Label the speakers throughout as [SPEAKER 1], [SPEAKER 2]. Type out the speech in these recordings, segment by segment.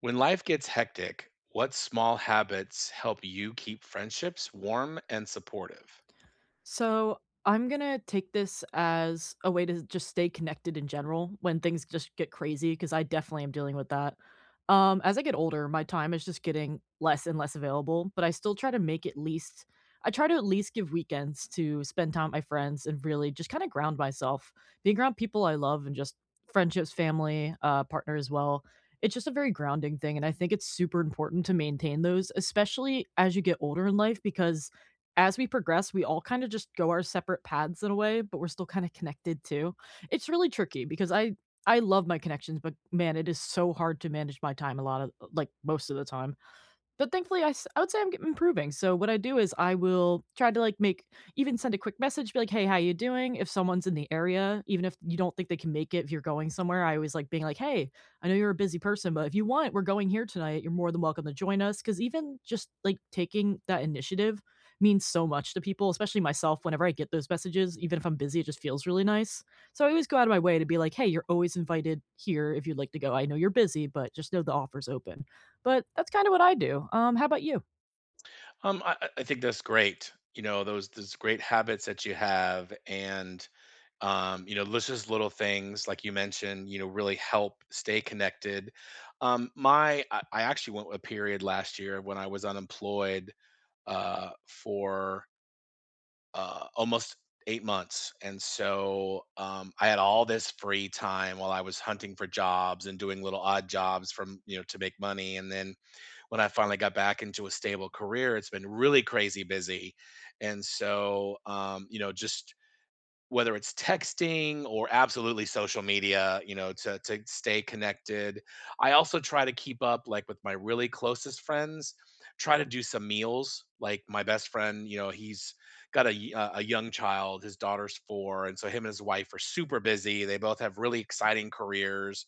[SPEAKER 1] When life gets hectic, what small habits help you keep friendships warm and supportive?
[SPEAKER 2] So I'm gonna take this as a way to just stay connected in general when things just get crazy because I definitely am dealing with that. As I get older, my time is just getting less and less available, but I still try to make at least I try to at least give weekends to spend time with my friends and really just kind of ground myself. Being around people I love and just friendships, family, partner as well. It's just a very grounding thing. And I think it's super important to maintain those, especially as you get older in life, because as we progress, we all kinda just go our separate paths in a way, but we're still kinda connected too. It's really tricky because I love my connections, but man, it is so hard to manage my time a lot of, like, most of the time. But thankfully, I would say I'm g improving. So what I do is I will try to, like, make even send a quick message, be like, "Hey, how you doing?" If someone's in the area, even if you don't think they can make it, if you're going somewhere, I always like being like, "Hey, I know you're a busy person, but if you want, we're going here tonight. You're more than welcome to join us." Because even just, like, taking that initiative means so much to people, especially myself. Whenever I get those messages, even if I'm busy, it just feels really nice. So I always go out of my way to be like, "Hey, you're always invited here if you'd like to go. I know you're busy, but just know the offer's open." But that's kinda what I do. How about you?
[SPEAKER 1] I think that's great. You know, those great habits that you have, and you know, just little things like you mentioned. You know, really help stay connected. I actually went a period last year when I was unemployed for almost 8 months. And so I had all this free time while I was hunting for jobs and doing little odd jobs from, you know, to make money. And then when I finally got back into a stable career, it's been really crazy busy. And so, you know, just whether it's texting or absolutely social media, you know, to stay connected. I also try to keep up, like, with my really closest friends, try to do some meals. Like, my best friend, you know, he's got a young child, his daughter's 4, and so him and his wife are super busy, they both have really exciting careers.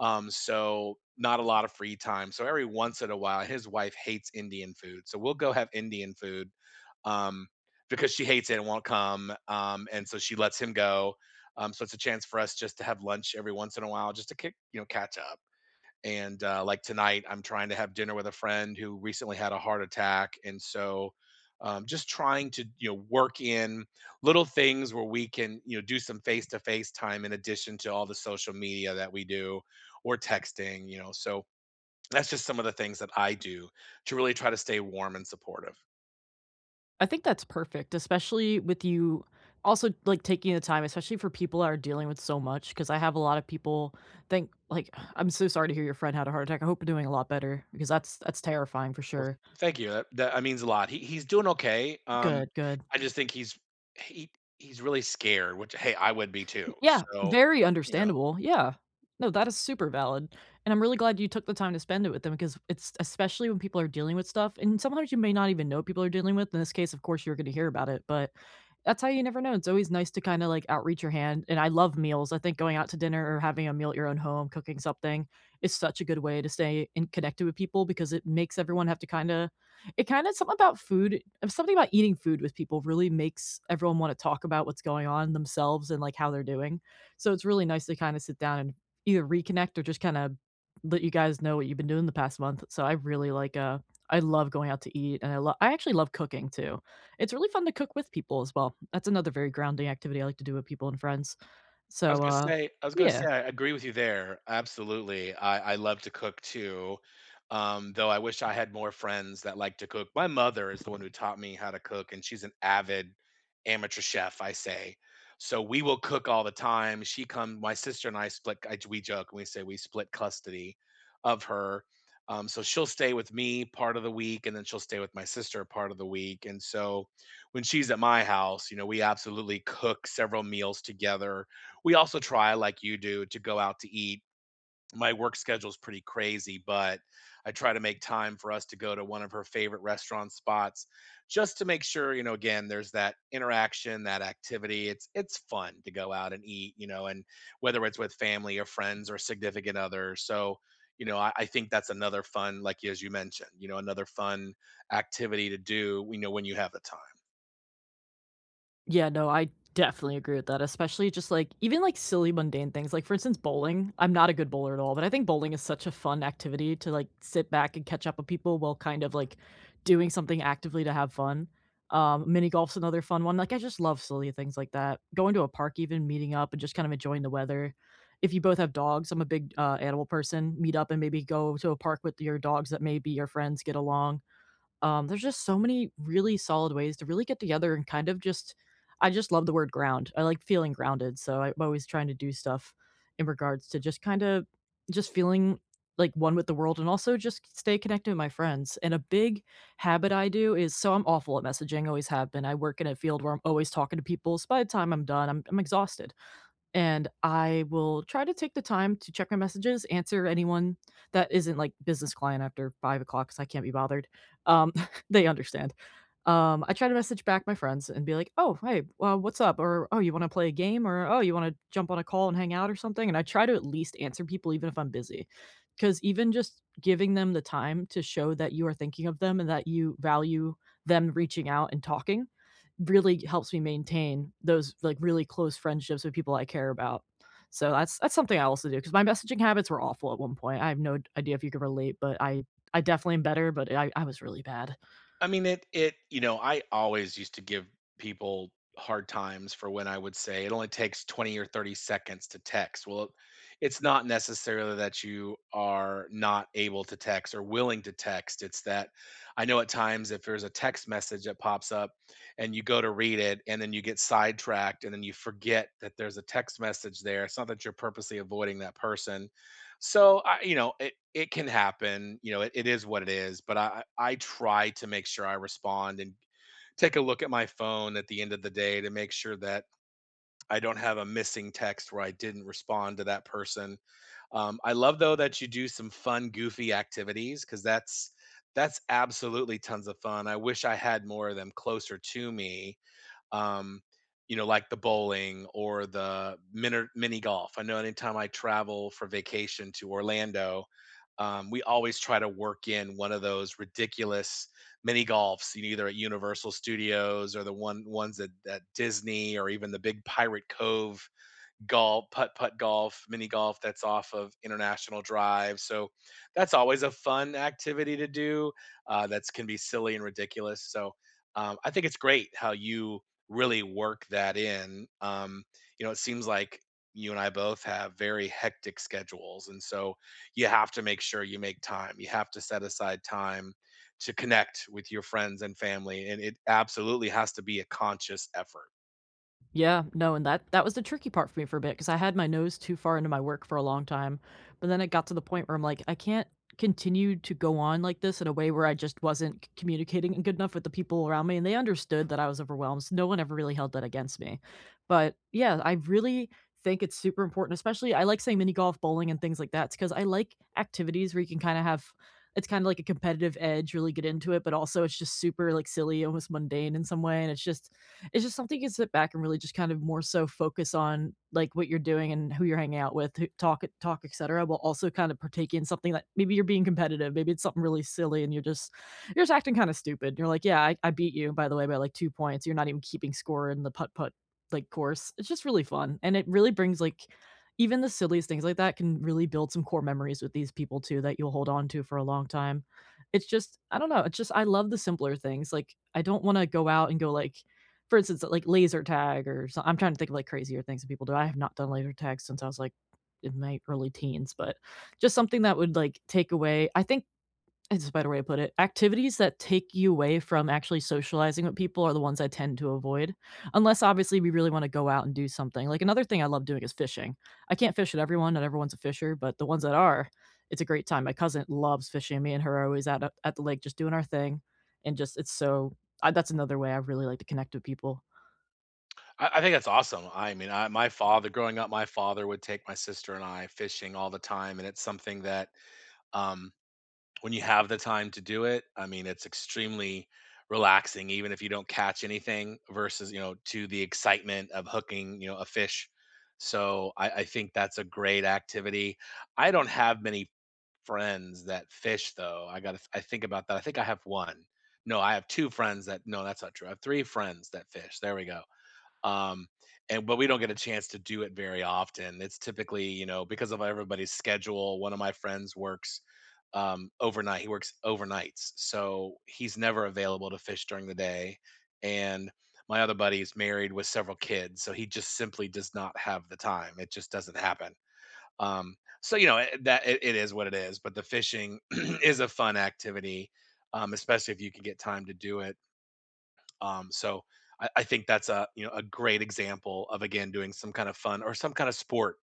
[SPEAKER 1] So not a lot of free time. So every once in a while, his wife hates Indian food. So we'll go have Indian food um, because she hates it and won't come. And so she lets him go. So it's a chance for us just to have lunch every once in a while, just to kick, you know, catch up and like tonight, I'm trying to have dinner with a friend who recently had a heart attack. And so just trying to, you know, work in little things where we can, you know, do some face to face time in addition to all the social media that we do or texting, you know. So that's just some of the things that I do to really try to stay warm and supportive.
[SPEAKER 2] I think that's perfect, especially with you also, like, taking the time, especially for people that are dealing with so much. Because I have a lot of people think like, "I'm so sorry to hear your friend had a heart attack. I hope you're doing a lot better," because that's terrifying for
[SPEAKER 1] Well,
[SPEAKER 2] sure.
[SPEAKER 1] thank you, that means a lot. He, he's doing okay.
[SPEAKER 2] Good, good.
[SPEAKER 1] I just think he's he he's really scared, which, hey, I would be too,
[SPEAKER 2] Yeah,
[SPEAKER 1] so
[SPEAKER 2] very
[SPEAKER 1] you know.
[SPEAKER 2] understandable, yeah. No, that is super valid, and I'm really glad you took the time to spend it with them, because it's especially when people are dealing with stuff, and sometimes you may not even know people are dealing with. In this case, of course, you're gonna hear about it, but that's how you never know. It's always nice to kinda, like, outreach your hand. And I love meals. I think going out to dinner or having a meal at your own home, cooking something, is such a good way to stay in connected with people, because it makes everyone have to kinda it kind of something about food something about eating food with people really makes everyone want to talk about what's going on themselves and like how they're doing. So it's really nice to kind of sit down and either reconnect or just kind of let you guys know what you've been doing the past month. So I really like I love going out to eat, and I actually love cooking too. It's really fun to cook with people as well. That's another very grounding activity I like to do with people and friends. So,
[SPEAKER 1] I was gonna
[SPEAKER 2] yeah.
[SPEAKER 1] say I agree with you there, absolutely. I love to cook too, though I wish I had more friends that like to cook. My mother is the one who taught me how to cook, and she's an avid amateur chef, I say. So we will cook all the time. She come my sister and I split I, we joke and we say we split custody of her. So she'll stay with me part of the week, and then she'll stay with my sister part of the week. And so when she's at my house, you know, we absolutely cook several meals together. We also try, like you do, to go out to eat. My work schedule is pretty crazy, but I try to make time for us to go to one of her favorite restaurant spots just to make sure, you know, again, there's that interaction, that activity. It's fun to go out and eat, you know, and whether it's with family or friends or significant other. So, you know, I think that's another fun, like as you mentioned, you know, another fun activity to do, you know, when you have the time.
[SPEAKER 2] Yeah, no, I definitely agree with that, especially just, like, even, like, silly mundane things, like, for instance, bowling. I'm not a good bowler at all, but I think bowling is such a fun activity to, like, sit back and catch up with people while kind of, like, doing something actively to have fun. Mini golf's another fun one. Like, I just love silly things like that. Going to a park even, meeting up and just kind of enjoying the weather. If you both have dogs, I'm a big, animal person. Meet up and maybe go to a park with your dogs that maybe your friends get along. There's just so many really solid ways to really get together and kind of just I just love the word ground. I like feeling grounded, so I'm always trying to do stuff in regards to just kind of just feeling like one with the world and also just stay connected with my friends. And a big habit I do is, so I'm awful at messaging, always have been. I work in a field where I'm always talking to people. So by the time I'm done, I'm exhausted. And I will try to take the time to check my messages, answer anyone that isn't like business client after 5 o'clock because I can't be bothered. Um, they understand. I try to message back my friends and be like, "Oh, hey, well, what's up?" Or, "Oh, you want to play a game?" Or, "Oh, you want to jump on a call and hang out or something?" And I try to at least answer people even if I'm busy, because even just giving them the time to show that you are thinking of them and that you value them reaching out and talking really helps me maintain those, like, really close friendships with people I care about. So that's something I also do, because my messaging habits were awful at one point. I have no idea if you can relate, but I definitely am better, but I was really bad.
[SPEAKER 1] I mean, it you know, I always used to give people hard times for when I would say it only takes 20 or 30 seconds to text. Well, it's not necessarily that you are not able to text or willing to text. It's that I know at times if there's a text message that pops up and you go to read it and then you get sidetracked and then you forget that there's a text message there. It's not that you're purposely avoiding that person. So I, you know, it can happen. You know, it is what it is. But I try to make sure I respond and take a look at my phone at the end of the day to make sure that I don't have a missing text where I didn't respond to that person. I love though that you do some fun, goofy activities, because that's absolutely tons of fun. I wish I had more of them closer to me, um, you know, like the bowling or the mini golf. I know anytime I travel for vacation to Orlando, we always try to work in one of those ridiculous mini golfs, you know, either at Universal Studios or the ones that Disney, or even the big Pirate Cove golf, putt putt golf, mini golf that's off of International Drive. So that's always a fun activity to do. That's can be silly and ridiculous. So I think it's great how you really work that in. You know, it seems like you and I both have very hectic schedules, and so you have to make sure you make time. You have to set aside time to connect with your friends and family, and it absolutely has to be a conscious effort.
[SPEAKER 2] Yeah, no, and that was the tricky part for me for a bit, because I had my nose too far into my work for a long time, but then it got to the point where I'm like, "I can't continue to go on like this in a way where I just wasn't c communicating good enough with the people around me," and they understood that I was overwhelmed, so no one ever really held that against me. But, yeah, I really think it's super important. Especially, I like saying mini golf, bowling, and things like that, because I like activities where you can kinda have it's kinda like a competitive edge, really get into it, but also it's just super, like, silly, almost mundane in some way. And it's just something you can sit back and really just kind of more so focus on, like, what you're doing and who you're hanging out with, who talk, etcetera, while also kind of partake in something that maybe you're being competitive, maybe it's something really silly, and you're just acting kinda stupid. You're like, "Yeah, I beat you, by the way, by, like, 2 points." You're not even keeping score in the putt-putt, like, course. It's just really fun, and it really brings, like, even the silliest things like that can really build some core memories with these people too that you'll hold on to for a long time. It's just I don't know, it's just I love the simpler things, like, I don't wanna go out and go, like, for instance, like laser tag. Or, so, I'm trying to think of like crazier things that people do. I have not done laser tag since I was like in my early teens, but just something that would like take away, I think it's a better way to put it. Activities that take you away from actually socializing with people are the ones I tend to avoid, unless obviously we really want to go out and do something. Like, another thing I love doing is fishing. I can't fish at everyone, not everyone's a fisher, but the ones that are, it's a great time. My cousin loves fishing. Me and her are always out at the lake just doing our thing, and just it's so, I, that's another way I really like to connect with people.
[SPEAKER 1] I think that's awesome. I mean, I, my father, growing up, my father would take my sister and I fishing all the time, and it's something that um, when you have the time to do it, I mean, it's extremely relaxing, even if you don't catch anything, versus, you know, to the excitement of hooking, you know, a fish. So I think that's a great activity. I don't have many friends that fish though. I think about that. I think I have one. No, I have two friends that no, that's not true. I have three friends that fish. There we go. um and but we don't get a chance to do it very often. It's typically, you know, because of everybody's schedule. One of my friends works overnight, he works overnights, so he's never available to fish during the day. And my other buddy is married with several kids, so he just simply does not have the time. It just doesn't happen. um so, you know, it is what it is. But the fishing is a fun activity, especially if you can get time to do it. So I think that's a, you know, a great example of again doing some kind of fun or some kind of sport.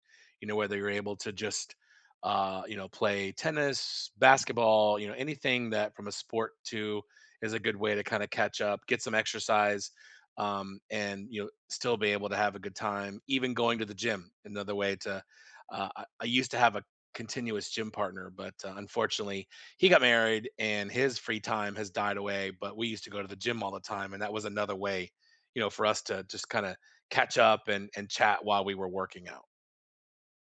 [SPEAKER 1] You know, whether you're able to just you know, play tennis, basketball, you know, anything, that from a sport to is a good way to kind of catch up, get some exercise, and, you know, still be able to have a good time. Even going to the gym, another way to. I used to have a continuous gym partner, but unfortunately, he got married and his free time has died away. But we used to go to the gym all the time, and that was another way, you know, for us to just kind of catch up and chat while we were working out.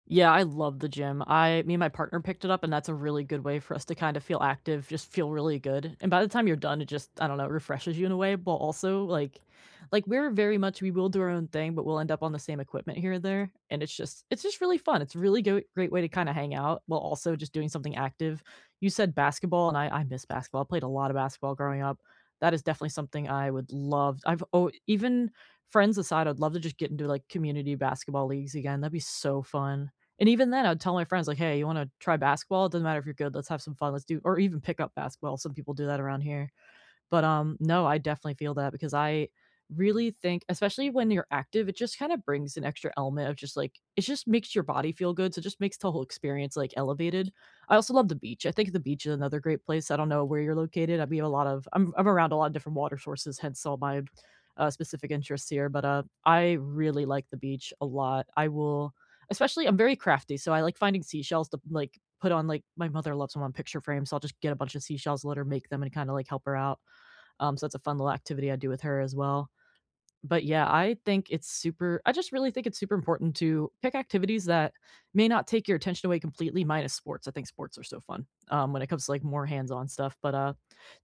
[SPEAKER 2] Yeah, I love the gym. I Me and my partner picked it up, and that's a really good way for us to kind of feel active, just feel really good. And by the time you're done, it just, I don't know, refreshes you in a way. But also, like, we're very much we will do our own thing, but we'll end up on the same equipment here and there. And it's just really fun. It's a really great way to kind of hang out while also just doing something active. You said basketball, and I miss basketball. I played a lot of basketball growing up. That is definitely something I would love. I've oh Even friends aside, I'd love to just get into like community basketball leagues again. That'd be so fun. And even then, I'd tell my friends, like, "Hey, you wanna try basketball? It doesn't matter if you're good, let's have some fun, let's do," or even pick up basketball. Some people do that around here. But, no, I definitely feel that, because I really think especially when you're active, it just kinda brings an extra element of just, like, it just makes your body feel good, so it just makes the whole experience, like, elevated. I also love the beach. I think the beach is another great place. I don't know where you're located. I mean, a lot of I'm around a lot of different water sources, hence all my, specific interests here. But, I really like the beach a lot. I will Especially, I'm very crafty, so I like finding seashells to, like, put on, like, my mother loves them on picture frames, so I'll just get a bunch of seashells, let her make them, and kinda, like, help her out. So that's a fun little activity I do with her as well. But yeah, I think it's super, I just really think it's super important to pick activities that may not take your attention away completely, minus sports. I think sports are so fun, when it comes to like more hands-on stuff. But,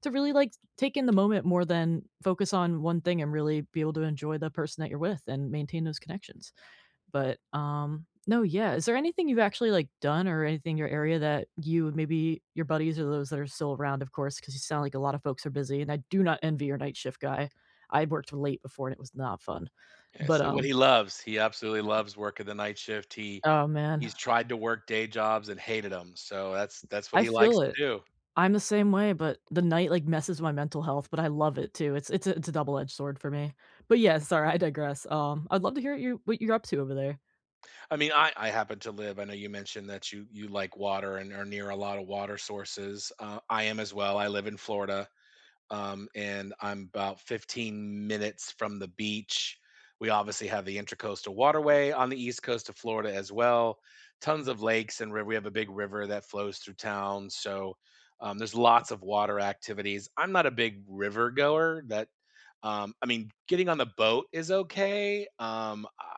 [SPEAKER 2] to really like take in the moment more than focus on one thing and really be able to enjoy the person that you're with and maintain those connections. But, no, yeah, is there anything you've actually, like, done or anything in your area that you and maybe your buddies or those that are still around, of course, because you sound like a lot of folks are busy? And I do not envy your night shift guy. I worked late before, and it was not fun.
[SPEAKER 1] Yeah,
[SPEAKER 2] But,
[SPEAKER 1] so what he loves, he absolutely loves working the night shift.
[SPEAKER 2] oh, man,
[SPEAKER 1] He's tried to work day jobs and hated them, so that's what
[SPEAKER 2] I
[SPEAKER 1] he likes
[SPEAKER 2] feel
[SPEAKER 1] to
[SPEAKER 2] it.
[SPEAKER 1] do.
[SPEAKER 2] I'm the same way, but the night, like, messes with my mental health, but I love it too. It's a double-edged sword for me. But yeah, sorry, I digress. I'd love to hear what you're up to over there.
[SPEAKER 1] I mean, I happen to live, I know you mentioned that you like water and are near a lot of water sources. I am as well. I live in Florida. And I'm about 15 minutes from the beach. We obviously have the Intracoastal Waterway on the east coast of Florida as well. Tons of lakes and river. We have a big river that flows through town, so there's lots of water activities. I'm not a big river goer. That I mean, getting on the boat is okay.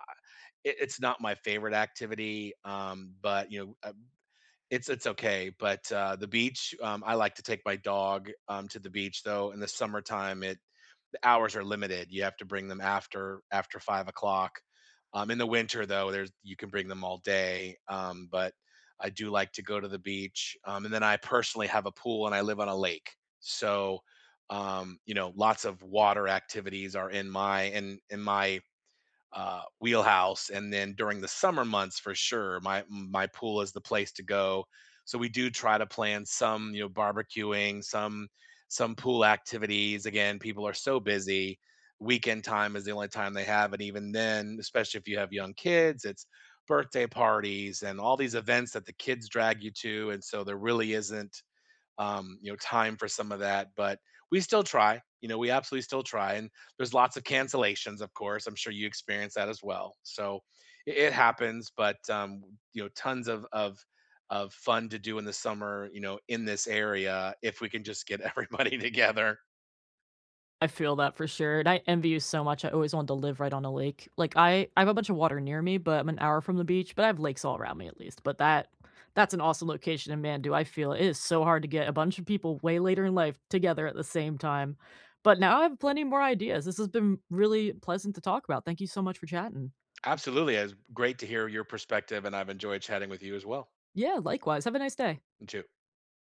[SPEAKER 1] It's not my favorite activity, but you know, it's okay, but, the beach, I like to take my dog, to the beach, though, in the summertime, it the hours are limited, you have to bring them after 5. In the winter, though, there's you can bring them all day, but I do like to go to the beach, and then I personally have a pool and I live on a lake, so, you know, lots of water activities are in my wheelhouse. And then during the summer months, for sure, my pool is the place to go. So we do try to plan some, you know, barbecuing, some pool activities. Again, people are so busy. Weekend time is the only time they have, and even then, especially if you have young kids, it's birthday parties and all these events that the kids drag you to, and so there really isn't you know, time for some of that. But we still try. You know, we absolutely still try. And there's lots of cancellations, of course. I'm sure you experience that as well. So it happens, but you know, tons of fun to do in the summer. You know, in this area, if we can just get everybody together.
[SPEAKER 2] I feel that for sure, and I envy you so much. I always wanted to live right on a lake. Like, I have a bunch of water near me, but I'm an hour from the beach, but I have lakes all around me at least. But that's an awesome location, and man, do I feel it is so hard to get a bunch of people way later in life together at the same time. But now I have plenty more ideas. This has been really pleasant to talk about. Thank you so much for chatting.
[SPEAKER 1] Absolutely, it's great to hear your perspective, and I've enjoyed chatting with you as well.
[SPEAKER 2] Yeah, likewise. Have a nice day.
[SPEAKER 1] You too.